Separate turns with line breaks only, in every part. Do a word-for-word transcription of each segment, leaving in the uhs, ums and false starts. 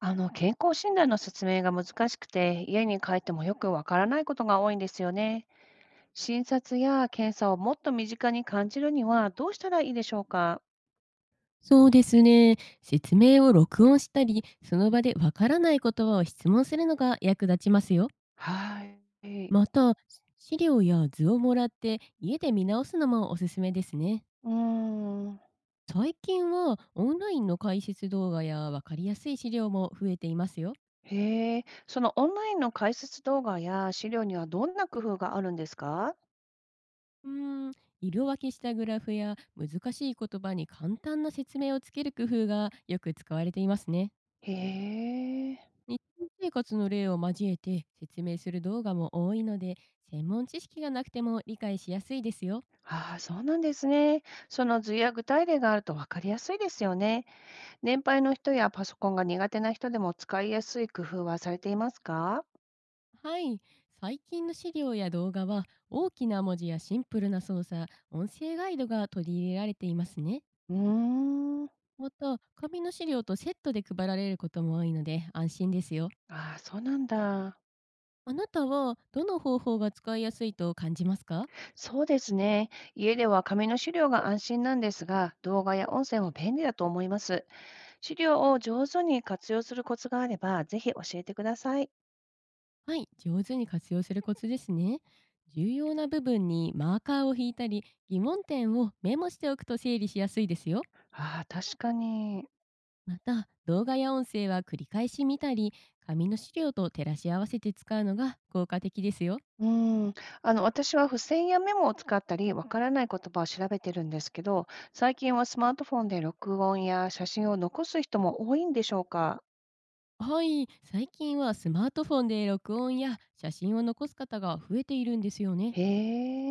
あの健康診断の説明が難しくて、家に帰ってもよくわからないことが多いんですよね。診察や検査をもっと身近に感じるにはどうしたらいいでしょうか。
そうですね。説明を録音したり、その場でわからない言葉を質問するのが役立ちますよ。
は
ま
い。
た、資料や図をもらって家で見直すのもおすすめですね。
うーん。
最近はオンラインの解説動画やわかりやすい資料も増えていますよ。
へえ、そのオンラインの解説動画や資料にはどんな工夫があるんですか？
うーん、色分けしたグラフや難しい言葉に簡単な説明をつける工夫がよく使われていますね。
へえ、
日常生活の例を交えて説明する動画も多いので、専門知識がなくても理解しやすいですよ。
ああ、そうなんですね。その図や具体例があるとわかりやすいですよね。年配の人やパソコンが苦手な人でも使いやすい工夫はされていますか？
はい。最近の資料や動画は大きな文字やシンプルな操作、音声ガイドが取り入れられていますね。
うーん、
また、紙の資料とセットで配られることも多いので安心ですよ。
ああ、そうなんだ。
あなたはどの方法が使いやすいと感じますか？
そうですね。家では紙の資料が安心なんですが、動画や音声も便利だと思います。資料を上手に活用するコツがあれば、ぜひ教えてください。
はい、上手に活用するコツですね。重要な部分にマーカーを引いたり、疑問点をメモしておくと整理しやすいですよ。
ああ、確かに。
また、動画や音声は繰り返し見たり、紙の資料と照らし合わせて使うのが効果的ですよ。
うん、あの、私は付箋やメモを使ったり、わからない言葉を調べてるんですけど、最近はスマートフォンで録音や写真を残す人も多いんでしょうか。
はい、最近はスマートフォンで録音や写真を残す方が増えているんですよね。
へ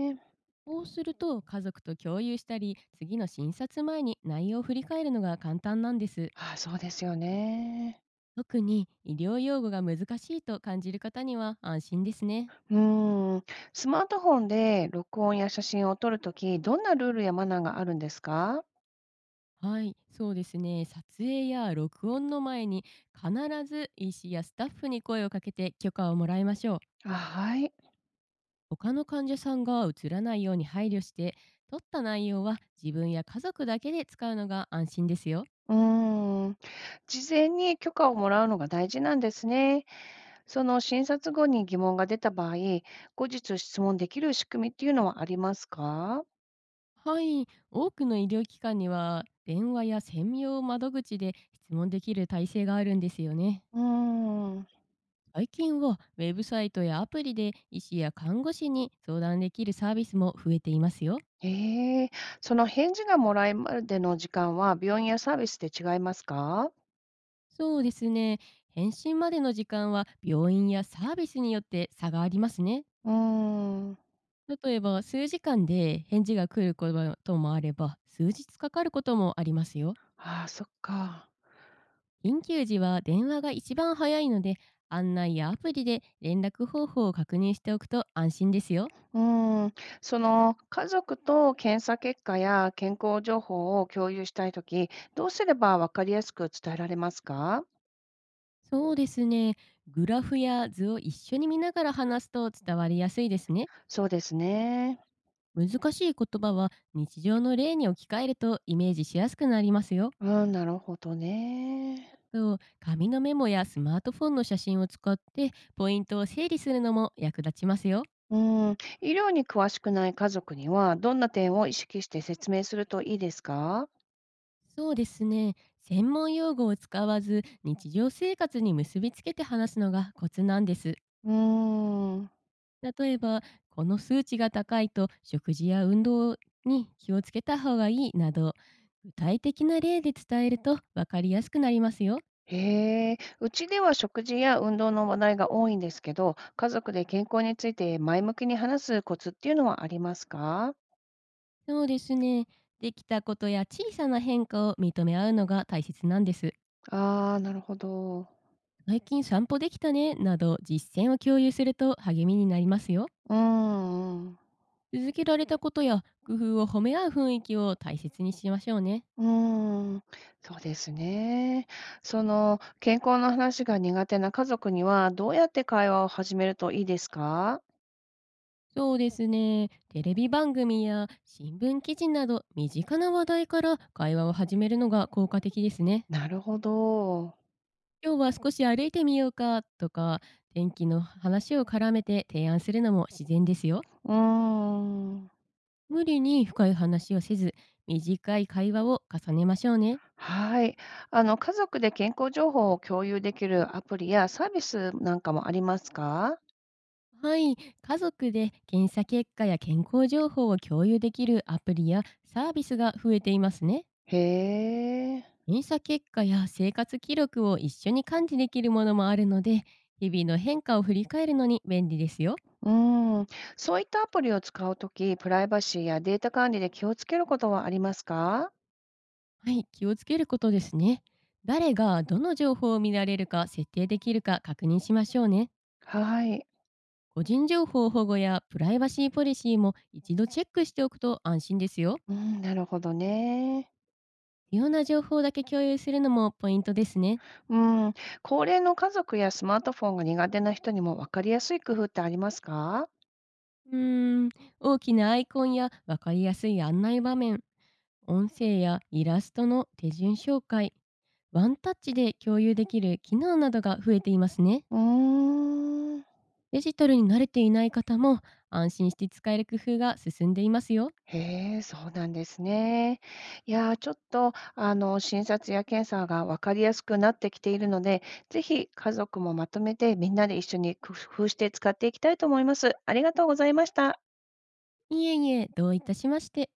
え、
こうすると家族と共有したり、次の診察前に内容を振り返るのが簡単なんです。
ああ、そうですよね。
特に医療用語が難しいと感じる方には安心ですね。
うーん、スマートフォンで録音や写真を撮るとき、どんなルールやマナーがあるんですか？
はい、そうですね。撮影や録音の前に必ず医師やスタッフに声をかけて許可をもらいましょう。
あ、はい。
他の患者さんが映らないように配慮して、撮った内容は自分や家族だけで使うのが安心ですよ。
うーん。事前に許可をもらうのが大事なんですね。その診察後に疑問が出た場合、後日質問できる仕組みっていうのはありますか？
はい、多くの医療機関には電話や専用窓口で質問できる体制があるんですよね。
うーん。
最近はウェブサイトやアプリで医師や看護師に相談できるサービスも増えていますよ。
ええ、その返事がもらえるまでの時間は病院やサービスで違いますか？
そうですね。返信までの時間は病院やサービスによって差がありますね。
うーん。
例えば、数時間で返事が来ることもあれば数日かかることもありますよ。
ああ、そっか。
緊急時は電話が一番早いので、案内やアプリで連絡方法を確認しておくと安心ですよ。
うーん、その家族と検査結果や健康情報を共有したいとき、どうすれば分かりやすく伝えられますか？
そうですね。グラフや図を一緒に見ながら話すと伝わりやすいですね。
そうですね。
難しい言葉は日常の例に置き換えるとイメージしやすくなりますよ。
うん、なるほど
あ
ね。
と、紙のメモやスマートフォンの写真を使ってポイントを整理するのも役立ちますよ。
うん、医療に詳しくない家族には、どんな点を意識して説明するといいですか？
そうですね。専門用語を使わず日常生活に結びつけて話すのがコツなんです。
うーん。
例えば、この数値が高いと食事や運動に気をつけた方がいいなど、具体的な例で伝えると分かりやすくなりますよ。
へえ、うちでは食事や運動の話題が多いんですけど、家族で健康について前向きに話すコツっていうのはありますか？
そうですね。できたことや小さな変化を認め合うのが大切なんです。
ああー、なるほど。
最近散歩できたねなど、実践を共有すると励みになりますよ。
うーん、うーん。
続けられたことや工夫を褒め合う雰囲気を大切にしましょうね。
うーん、そうですね。その、健康の話が苦手な家族には、どうやって会話を始めるといいですか？
そうですね。テレビ番組や新聞記事など身近な話題から会話を始めるのが効果的ですね。
なるほど。
今日は少し歩いてみようかとか、天気の話を絡めて提案するのも自然ですよ。
うーん。
無理に深い話をせず、短い会話を重ねましょうね。
はい。あの、家族で健康情報を共有できるアプリやサービスなんかもありますか？
はい、家族で検査結果や健康情報を共有できるアプリやサービスが増えていますね。
へえ。
検査結果や生活記録を一緒に管理できるものもあるので、日々の変化を振り返るのに便利ですよ。
うーん。そういったアプリを使うとき、プライバシーやデータ管理で気をつけることはありますか？
はい、気をつけることですね。誰がどの情報を見られるか設定できるか確認しましょうね。
はい。
個人情報保護やプライバシーポリシーも一度チェックしておくと安心ですよ。
うん、なるほどね。
必要な情報だけ共有するのもポイントですね。
うん、高齢の家族やスマートフォンが苦手な人にも分かりやすい工夫ってありますか？
うーん、大きなアイコンやわかりやすい案内場面、音声やイラストの手順紹介、ワンタッチで共有できる機能などが増えていますね。
うーん。
デジタルに慣れていない方も安心して使える工夫が進んでいますよ。
へえ、そうなんですね。いやー、ちょっと、あの、診察や検査が分かりやすくなってきているので、ぜひ家族もまとめてみんなで一緒に工夫して使っていきたいと思います。ありがとうございました。
いえいえ、どういたしまして。